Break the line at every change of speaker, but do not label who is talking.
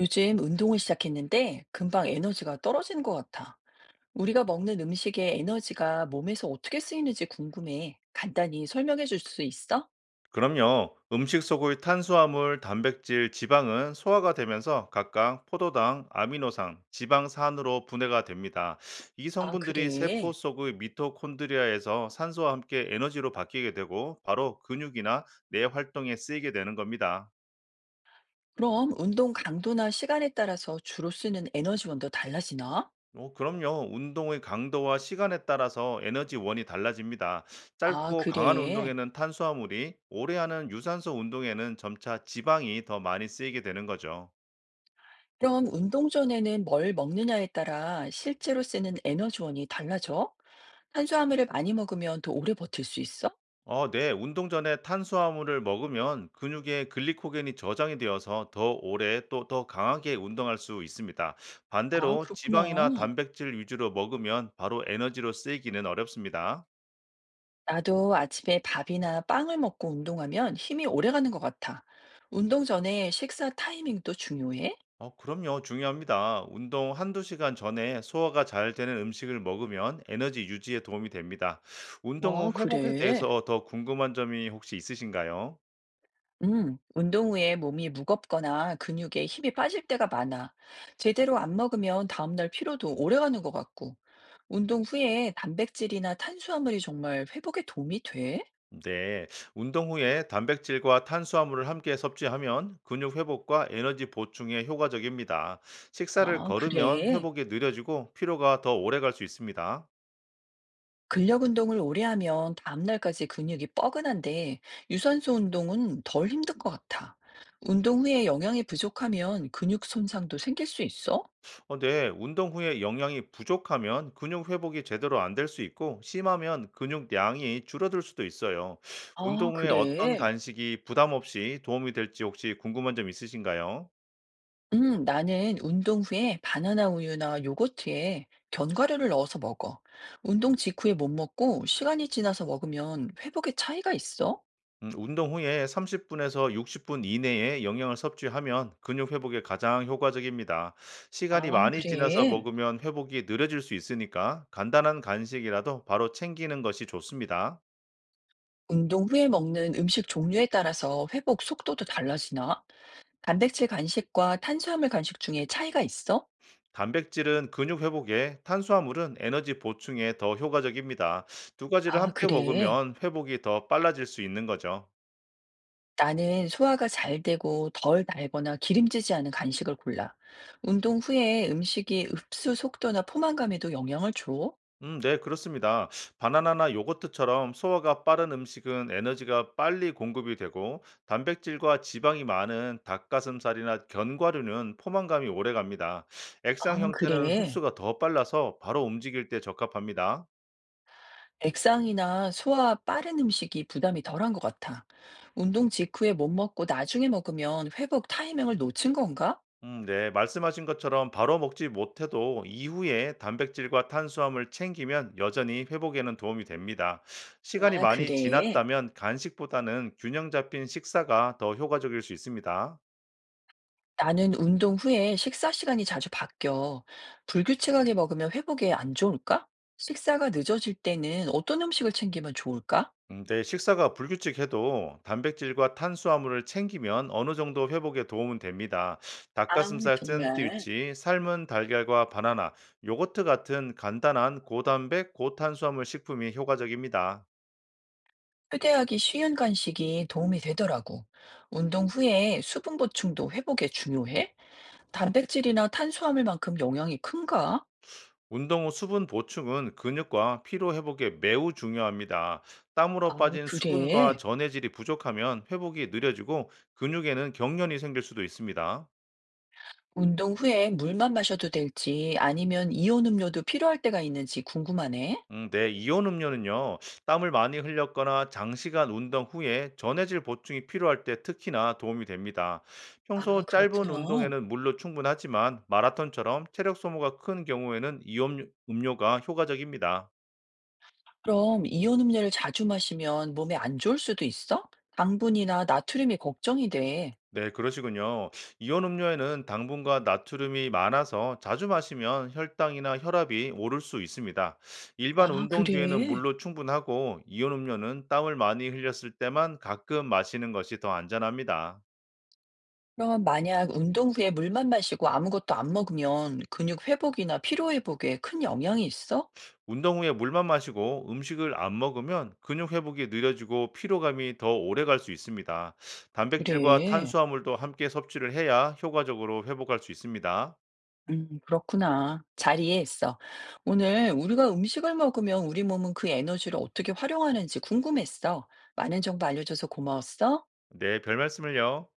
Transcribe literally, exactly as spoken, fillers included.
요즘 운동을 시작했는데 금방 에너지가 떨어지는 것 같아. 우리가 먹는 음식의 에너지가 몸에서 어떻게 쓰이는지 궁금해. 간단히 설명해 줄 수 있어?
그럼요. 음식 속의 탄수화물, 단백질, 지방은 소화가 되면서 각각 포도당, 아미노산, 지방산으로 분해가 됩니다. 이
아,
성분들이 세포
그래.
속의 미토콘드리아에서 산소와 함께 에너지로 바뀌게 되고 바로 근육이나 뇌 활동에 쓰이게 되는 겁니다.
그럼 운동 강도나 시간에 따라서 주로 쓰는 에너지원도 달라지나?
어, 그럼요. 운동의 강도와 시간에 따라서 에너지원이 달라집니다.
아,
짧고 강한
그래.
운동에는 탄수화물이, 오래 하는 유산소 운동에는 점차 지방이 더 많이 쓰이게 되는 거죠.
그럼 운동 전에는 뭘 먹느냐에 따라 실제로 쓰는 에너지원이 달라져? 탄수화물을 많이 먹으면 더 오래 버틸 수 있어?
어, 네. 운동 전에 탄수화물을 먹으면 근육에 글리코겐이 저장이 되어서 더 오래 또 더 강하게 운동할 수 있습니다.
아,
반대로
그렇구나.
지방이나 단백질 위주로 먹으면 바로 에너지로 쓰이기는 어렵습니다.
나도 아침에 밥이나 빵을 먹고 운동하면 힘이 오래 가는 것 같아. 운동 전에 식사 타이밍도 중요해?
어, 그럼요. 중요합니다. 운동 한두 시간 전에 소화가 잘 되는 음식을 먹으면 에너지 유지에 도움이 됩니다. 운동 후
어,
회복에
그래.
대해서 더 궁금한 점이 혹시 있으신가요?
음, 운동 후에 몸이 무겁거나 근육에 힘이 빠질 때가 많아. 제대로 안 먹으면 다음날 피로도 오래 가는 것 같고. 운동 후에 단백질이나 탄수화물이 정말 회복에 도움이 돼?
네, 운동 후에 단백질과 탄수화물을 함께 섭취하면 근육 회복과 에너지 보충에 효과적입니다. 식사를
아,
거르면
그래.
회복이 느려지고 피로가 더 오래 갈 수 있습니다.
근력 운동을 오래 하면 다음날까지 근육이 뻐근한데 유산소 운동은 덜 힘든 것 같아. 운동 후에 영양이 부족하면 근육 손상도 생길 수 있어?
근데 운동 후에 영양이 부족하면 근육 회복이 제대로 안 될 수 있고 심하면 근육량이 줄어들 수도 있어요.
아,
운동 후에 어떤
그래.
간식이 부담 없이 도움이 될지 혹시 궁금한 점 있으신가요?
음, 나는 운동 후에 바나나 우유나 요거트에 견과류를 넣어서 먹어. 운동 직후에 못 먹고 시간이 지나서 먹으면 회복에 차이가 있어?
음, 운동 후에 삼십 분에서 육십 분 이내에 영양을 섭취하면 근육 회복에 가장 효과적입니다. 시간이
아,
많이 지나서
그래.
먹으면 회복이 느려질 수 있으니까 간단한 간식이라도 바로 챙기는 것이 좋습니다.
운동 후에 먹는 음식 종류에 따라서 회복 속도도 달라지나? 단백질 간식과 탄수화물 간식 중에 차이가 있어?
단백질은 근육 회복에, 탄수화물은 에너지 보충에 더 효과적입니다. 두 가지를
아,
함께
그래.
먹으면 회복이 더 빨라질 수 있는 거죠.
나는 소화가 잘 되고 덜 달거나 기름지지 않은 간식을 골라. 운동 후에 음식이 흡수 속도나 포만감에도 영향을 줘?
음, 네, 그렇습니다. 바나나나 요거트처럼 소화가 빠른 음식은 에너지가 빨리 공급이 되고 단백질과 지방이 많은 닭가슴살이나 견과류는 포만감이 오래 갑니다. 액상
아,
형태는
그래.
흡수가 더 빨라서 바로 움직일 때 적합합니다.
액상이나 소화 빠른 음식이 부담이 덜한 것 같아. 운동 직후에 못 먹고 나중에 먹으면 회복 타이밍을 놓친 건가?
음, 네, 말씀하신 것처럼 바로 먹지 못해도 이후에 단백질과 탄수화물 챙기면 여전히 회복에는 도움이 됩니다. 시간이
아,
많이
그래.
지났다면 간식보다는 균형 잡힌 식사가 더 효과적일 수 있습니다.
나는 운동 후에 식사 시간이 자주 바뀌어. 불규칙하게 먹으면 회복에 안 좋을까? 식사가 늦어질 때는 어떤 음식을 챙기면 좋을까?
음, 내 식사가 불규칙해도 단백질과 탄수화물을 챙기면 어느 정도 회복에 도움은 됩니다.
아,
닭가슴살
정말.
샌드위치, 삶은 달걀과 바나나, 요거트 같은 간단한 고단백, 고탄수화물 식품이 효과적입니다.
휴대하기 쉬운 간식이 도움이 되더라고. 운동 후에 수분 보충도 회복에 중요해? 단백질이나 탄수화물만큼 영향이 큰가?
운동 후 수분 보충은 근육과 피로 회복에 매우 중요합니다.
아,
땀으로 빠진 수분과
그래.
전해질이 부족하면 회복이 느려지고 근육에는 경련이 생길 수도 있습니다.
운동 후에 물만 마셔도 될지 아니면 이온 음료도 필요할 때가 있는지 궁금하네.
음, 네, 이온 음료는요, 땀을 많이 흘렸거나 장시간 운동 후에 전해질 보충이 필요할 때 특히나 도움이 됩니다.
아,
평소 짧은
그렇구나.
운동에는 물로 충분하지만 마라톤처럼 체력 소모가 큰 경우에는 이온 음료가 효과적입니다.
그럼 이온 음료를 자주 마시면 몸에 안 좋을 수도 있어? 당분이나 나트륨이 걱정이 돼.
네, 그러시군요. 이온 음료에는 당분과 나트륨이 많아서 자주 마시면 혈당이나 혈압이 오를 수 있습니다. 일반
아,
운동 뒤에는
그래?
물로 충분하고 이온 음료는 땀을 많이 흘렸을 때만 가끔 마시는 것이 더 안전합니다.
그럼 만약 운동 후에 물만 마시고 아무것도 안 먹으면 근육 회복이나 피로 회복에 큰 영향이 있어?
운동 후에 물만 마시고 음식을 안 먹으면 근육 회복이 느려지고 피로감이 더 오래 갈 수 있습니다. 단백질과
그래.
탄수화물도 함께 섭취를 해야 효과적으로 회복할 수 있습니다.
음, 그렇구나. 잘 이해했어. 오늘 우리가 음식을 먹으면 우리 몸은 그 에너지를 어떻게 활용하는지 궁금했어. 많은 정보 알려줘서 고마웠어.
네, 별 말씀을요.